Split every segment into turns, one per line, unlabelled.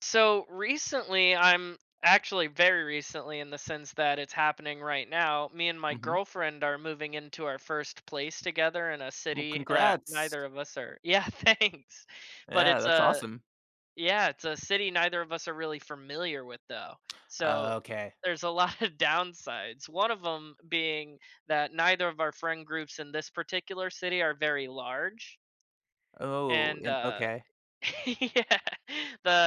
So recently, I'm actually very recently in the sense that it's happening right now. Me and my
Mhm.
girlfriend are moving into our first place together in a
Well,
city that
congrats.
neither of us are. Yeah, thanks. But
Yeah,
it's
that's
a
awesome.
yeah, it's a city neither of us are really familiar with though. So
Okay.
there's a lot of downsides. One of them being that neither of our friend groups in this particular city are very large
Oh,
and
and okay.
yeah,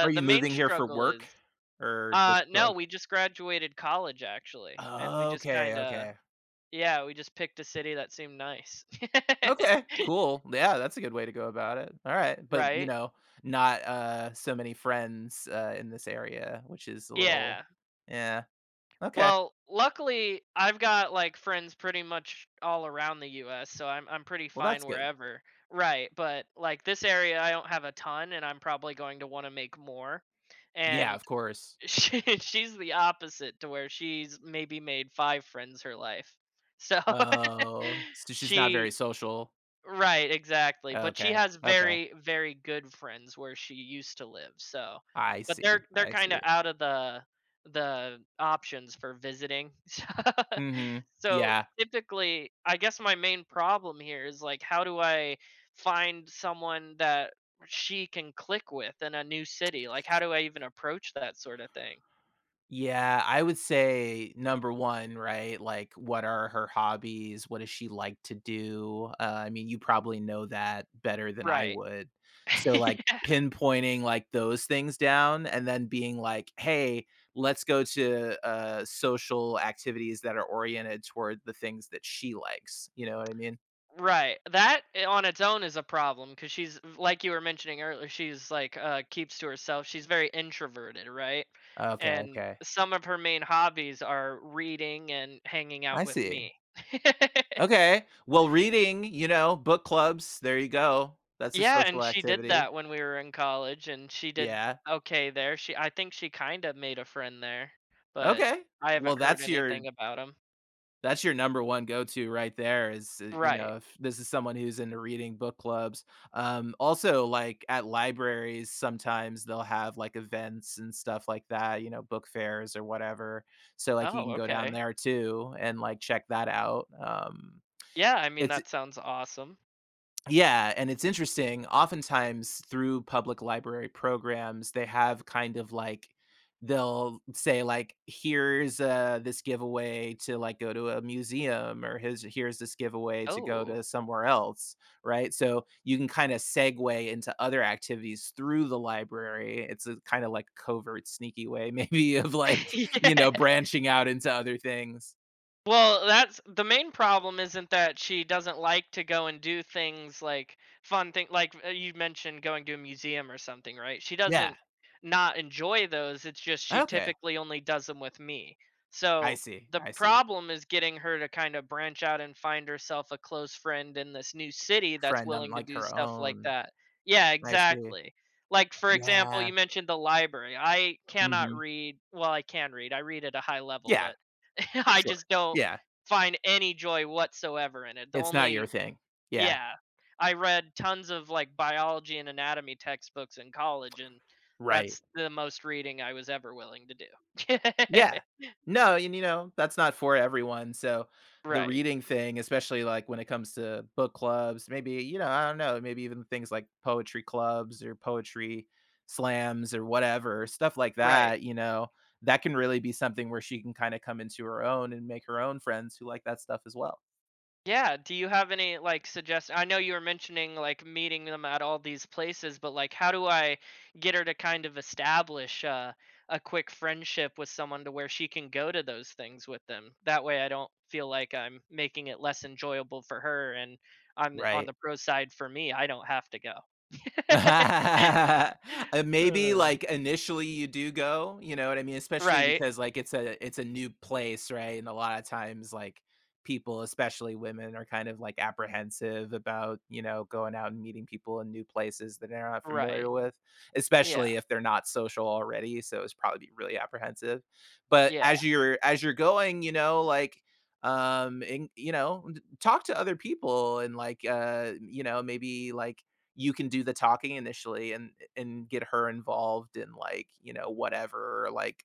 Are
the
you
main
moving here for
struggle
work
is
or just
no,
like?
we just graduated college actually, and we just
Okay,
kinda
okay.
yeah, we just picked a city that seemed nice.
Okay, cool. Yeah, that's a good way to go about it. Alright, but, you
Right?
know, not, so many friends, in this area, which is a little
Yeah.
Yeah. Okay.
Well, luckily, I've got, like, friends pretty much all around the US, so I'm pretty
Well,
fine
that's good.
wherever. Right, but, like, this area, I don't have a ton, and I'm probably going to wanna make more,
Yeah,
and
of course.
she's the opposite to where she's maybe made 5 friends her life. So,
Oh, so she's not very
she
social.
Right, exactly, but she
Okay,
has
okay.
very, very good friends where she used to live, so
I
but they're
see,
they're
I
kinda
see.
out of the options for visiting. So,
Mhm.
so
Yeah.
typically, I guess my main problem here is, like, how do I find someone that she can click with in a new city? Like, how do I even approach that sorta thing?
Yeah, I would say number 1, right? Like, what are her hobbies? What does she like to do? I mean, you probably know that better than I
Right.
would. So, like, pinpointing, like, those things down and then being like, "Hey, let's go to, social activities that are oriented toward the things that she likes." You know what I mean?
Right. That I- on its own is a problem because she's like you were mentioning earlier. She's like keeps to herself. She's very introverted, right?
Okay,
And
okay.
some of her main hobbies are reading and hanging out
I
with
see.
me.
Okay. Well, reading, you know, book clubs, there you go. That's a
yeah, and
social
she did
activity.
that when we were in college, and she did
Yeah.
okay there. She, I think she kind of made a friend there, but
Okay.
I
Well,
haven't heard
that's your
anything about him.
that's your number 1 go-to right there is, you
Right.
know, if this is someone who's into reading book clubs. Also, like, at libraries, sometimes they'll have, like, events and stuff like that, you know, book fairs or whatever. So, like, you
Oh,
can go down
okay.
there too and, like, check that out.
Yeah, I mean
It's
that sounds awesome.
yeah, and it's interesting. Oftentimes, through public library programs, they have kind of like, they'll say like, "Here's this giveaway to like go to a museum," or "Here's this giveaway to go
Oh.
to somewhere else," right? So you can kind of segue into other activities through the library. It's a kind of like covert, sneaky way, maybe of like you
yeah.
know branching out into other things.
Well, that's the main problem isn't that she doesn't like to go and do things like fun thing like you mentioned going to a museum or something, right? She
Yeah.
doesn't not enjoy those. It's just she
Okay.
typically only does them with me.
I
So
see.
the
I see.
problem is getting her to kind of branch out and find herself a close friend in this new city that's
Friend on
willing to
like
do
her
stuff like
own.
that. Yeah,
I see.
exactly. Like for example, you
Yeah.
mentioned the library. I cannot
Mhm.
read, well I can read. I read at a high level,
Yeah,
but I
sure.
just don't
Yeah,
find any joy whatsoever in it. The
it's not your
only
thing. Yeah,
yeah, I read tons of like biology and anatomy textbooks in college, and
right.
that's the most reading I was ever willing to do.
Yeah. No, and, you know, that's not for everyone, so the
right,
reading thing, especially, like, when it comes to book clubs, maybe, you know, I don't know, maybe even things like poetry clubs or poetry slams or whatever, stuff like
right.
that, you know, that can really be something where she can kinda come into her own and make her own friends who like that stuff as well,
Yeah, do you have any, like, suggest I know you were mentioning, like, meeting them at all these places, but, like, how do I get her to kind of establish, a quick friendship with someone to where she can go to those things with them? That way I don't feel like I'm making it less enjoyable for her and I'm the on
right?
the pro side for me, I don't have to go.
Maybe,
Alright.
like, initially you do go, you know what I mean? Especially
Right,
because, like, it's a new place, right? And a lot of times, like, people, especially women, are kind of, like, apprehensive about, you know, going out and meeting people in new places that they're not familiar
right.
with,
Yeah,
especially if they're not social already, so it's probably really apprehensive. But
yeah,
as you're going, you know, like, you know, talk to other people and, like, you know, maybe, like, you can do the talking initially and get her involved in like, you know, whatever, like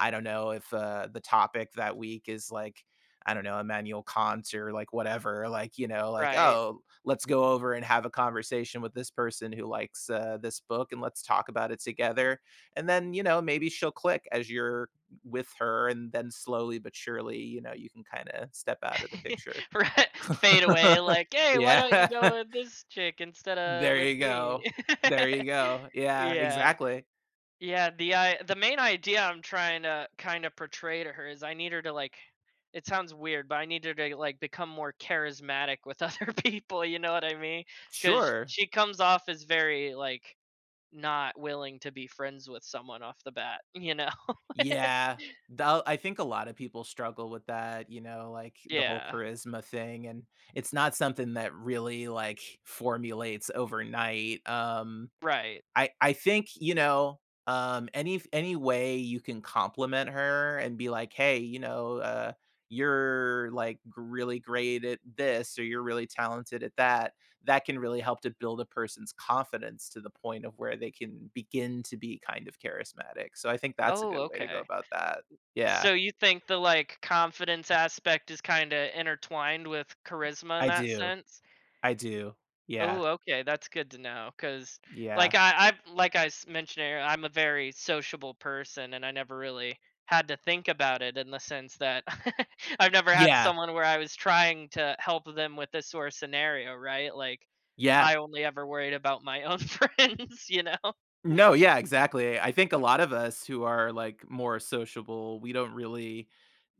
I don't know if the topic that week is like I don't know, Emmanuel Kant or like whatever, like, you know, like,
right.
oh, let's go over and have a conversation with this person who likes this book and let's talk about it together. And then, you know, maybe she'll click as you're with her. And then slowly but surely, you know, you can kind of step out of the picture.
Right, fade away like, "Hey, why
Yeah.
don't you go with this chick instead of
There
with
you
me?"
go. There you go. Yeah,
Yeah.
exactly.
Yeah, the I the main idea I'm trying to kinda portray to her is I need her to, like it sounds weird, but I need her to, like, become more charismatic with other people, you know what I mean? Because
Sure.
she comes off as very, like, not willing to be friends with someone off the bat, you know?
Yeah. Tho I think a lot of people struggle with that, you know, like, the whole
Yeah,
charisma thing, and it's not something that really, like, formulates overnight. um
right.
I I think, you know, any way you can compliment her and be like, "Hey, you know, you're like really great at this, or you're really talented at that." That can really help to build a person's confidence to the point of where they can begin to be kind of charismatic. So I think that's a
Oh,
good way to go
okay.
about that. Yeah,
So you think the like confidence aspect is kind of intertwined with charisma in
I
that
do.
sense?
I do. Yeah.
Oh, okay, that's good to know because,
Yeah.
like I like I s- mentioned earlier, I'm a very sociable person, and I never really had to think about it in the sense that I've never had
Yeah.
someone where I was trying to help them with this sort of scenario, right? Like
Yeah.
I only ever worried about my own friends, you know?
No, yeah, exactly. I think a lot of us who are like more sociable, we don't really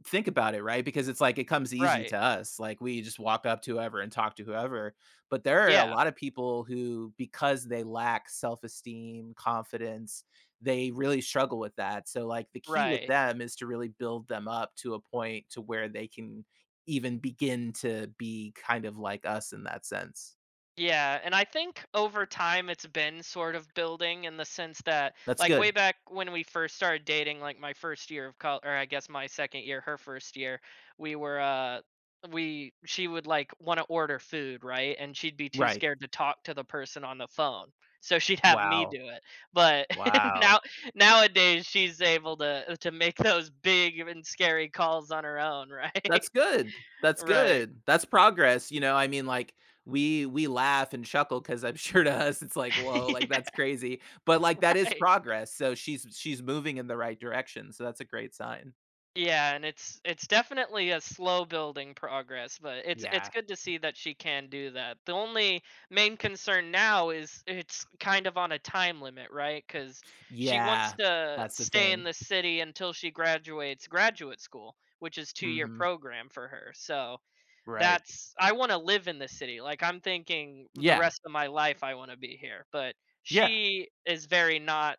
think about it, right? Because it's like it comes easy
Right.
to us. Like we just walk up to whoever and talk to whoever. But there are a
Yeah.
lot of people who, because they lack self esteem, confidence, they really struggle with that. So, like, the key with
Right.
them is to really build them up to a point to where they can even begin to be kind of like us in that sense.
Yeah, and I think over time it's been sort of building in the sense that
That's
like way
good.
back when we first started dating, like my first year of college, or I guess my second year, her first year, we were we she would like want to order food, right? And she'd be too
Right.
scared to talk to the person on the phone. So she'd have me
Wow.
do it. But
Wow.
now nowadays she's able to make those big and scary calls on her own, right?
That's good. That's
right.
good. That's progress, you know, I mean, like, we laugh and chuckle because 'cause I'm sure to us it's like, "Whoa, like, that's crazy," but, like,
Yeah,
that is
right.
progress, so she's moving in the right direction, so that's a great sign.
Yeah, and it's definitely a slow building progress, but it's
Yeah.
good to see that she can do that. The only main concern now is it's kind of on a time limit, right? Because she wants
Yeah.
to
That's the
stay in
thing.
the city until she graduates graduate school, which is 2-year
Mhm.
program for her. So,
Right.
that's I want to live in the city. Like I'm thinking the
Yeah.
rest of my life I want to be here, but
Yeah.
she is very not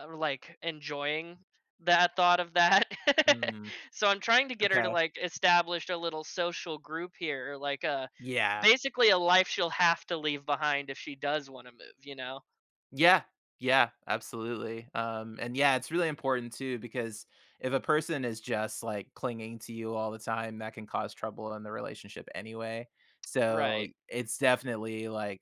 or, like enjoying that thought of that.
Mm.
so I'm trying to get her to
Okay.
like establish a little social group here, like a
Yeah.
basically a life she'll have to leave behind if she does want to move, you know?
Yeah. Yeah, absolutely. And yeah, it's really important too because if a person is just like clinging to you all the time, that can cause trouble in the relationship anyway. So
Right.
it's definitely like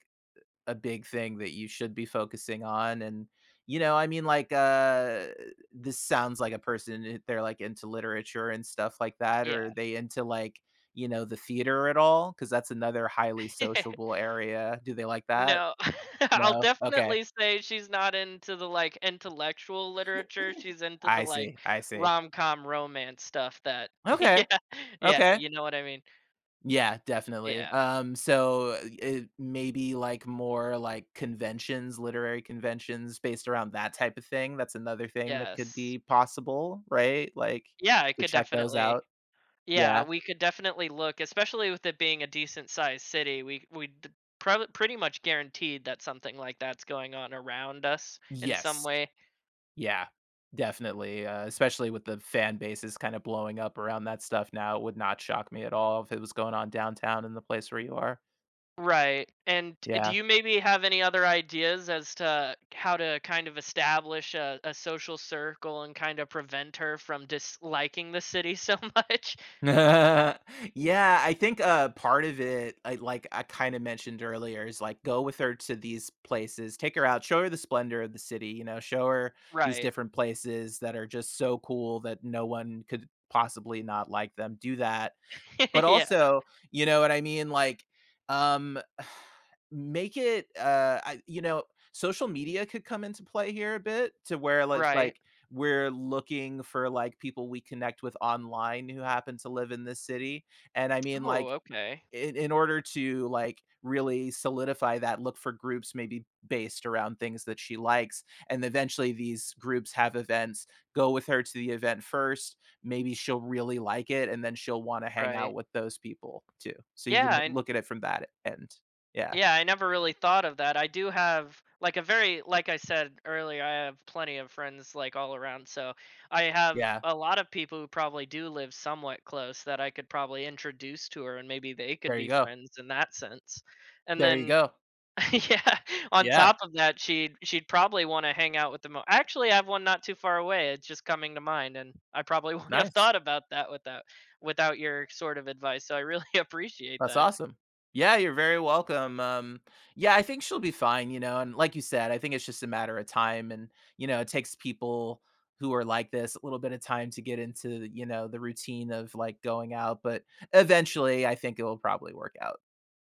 a big thing that you should be focusing on. And you know, I mean, like this sounds like a person they're like into literature and stuff like that, or
Yeah.
they into like you know the theater at all? Because that's another highly sociable area. Do they like that?
no. I'll
No. Okay.
definitely say she's not into the like intellectual literature. She's into the
I
like
see, I see.
rom-com romance stuff that
Okay,
Yeah. Yeah,
okay.
you know what I mean?
Yeah, definitely.
Yeah.
So it maybe like more like conventions, literary conventions based around that type of thing. That's another thing that could
Yes.
be possible, right? Like
Yeah, I
to
could
check those
definitely
out.
Yeah,
Yeah.
we could definitely look, especially with it being a decent sized city. We d- prob- pretty much guaranteed that something like that's going on around us in some
Yes.
way.
Yeah. Definitely. Especially with the fan bases kind of blowing up around that stuff now, it would not shock me at all if it was going on downtown in the place where you are.
Right. And do
Yeah.
you maybe have any other ideas as to how to kind of establish a social circle and kind of prevent her from disliking the city so much?
Yeah, I think, part of it, I kinda mentioned earlier is, like, go with her to these places, take her out, show her the splendor of the city, you know, show her these
Right.
different places that are just so cool that no one could possibly not like them, do that, but
yeah.
also, you know what I mean? Like, um, make it, I you know, social media could come into play here a bit to where it's
Right.
like we're looking for like people we connect with online who happen to live in this city. And I mean,
Oh,
like,
okay.
in order to like really solidify that, look for groups maybe based around things that she likes, and eventually these groups have events. Go with her to the event first. Maybe she'll really like it and then she'll want to hang
Right.
out with those people too, so you can
Yeah, and
look at it from that end. Yeah.
Yeah, I never really thought of that. I do have like a very like I said earlier, I have plenty of friends like all around, so I have
Yeah,
a lot of people who probably do live somewhat close that I could probably introduce to her and maybe they could
there you
be
go.
friends in that sense. And
There you
then
go.
yeah, on
Yeah.
top of that, she'd probably want to hang out with the mo Actually, I have one not too far away. It's just coming to mind and I probably wouldn't have
Nice.
thought about that without without your sort of advice. So I really appreciate
That's
that.
awesome. Yeah, you're very welcome. Yeah, I think she'll be fine, you know. And like you said, I think it's just a matter of time, and you know, it takes people who are like this a little bit of time to get into, you know, the routine of like going out. But eventually, I think it will probably work out.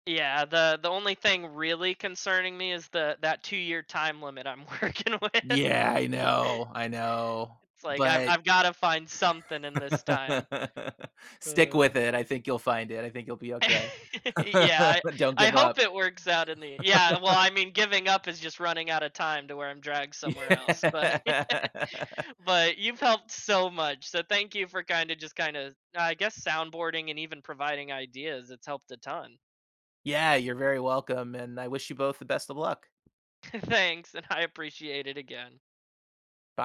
Yeah, the only thing really concerning me is the that 2-year time limit I'm working with.
Yeah, I know, I know.
It's like I've
But
I've gotta find something in this time.
stick
Uh.
with it. I think you'll find it. I think you'll be okay.
Yeah,
Don't
I
give
hope
up.
it works out in the Yeah, well, I mean, giving up is just running out of time to where I'm dragged somewhere else, but
Yeah.
but you've helped so much, so thank you for kinda just kinda, I guess, soundboarding and even providing ideas, it's helped a ton.
Yeah, you're very welcome, and I wish you both the best of luck.
Thanks, and I appreciate it again.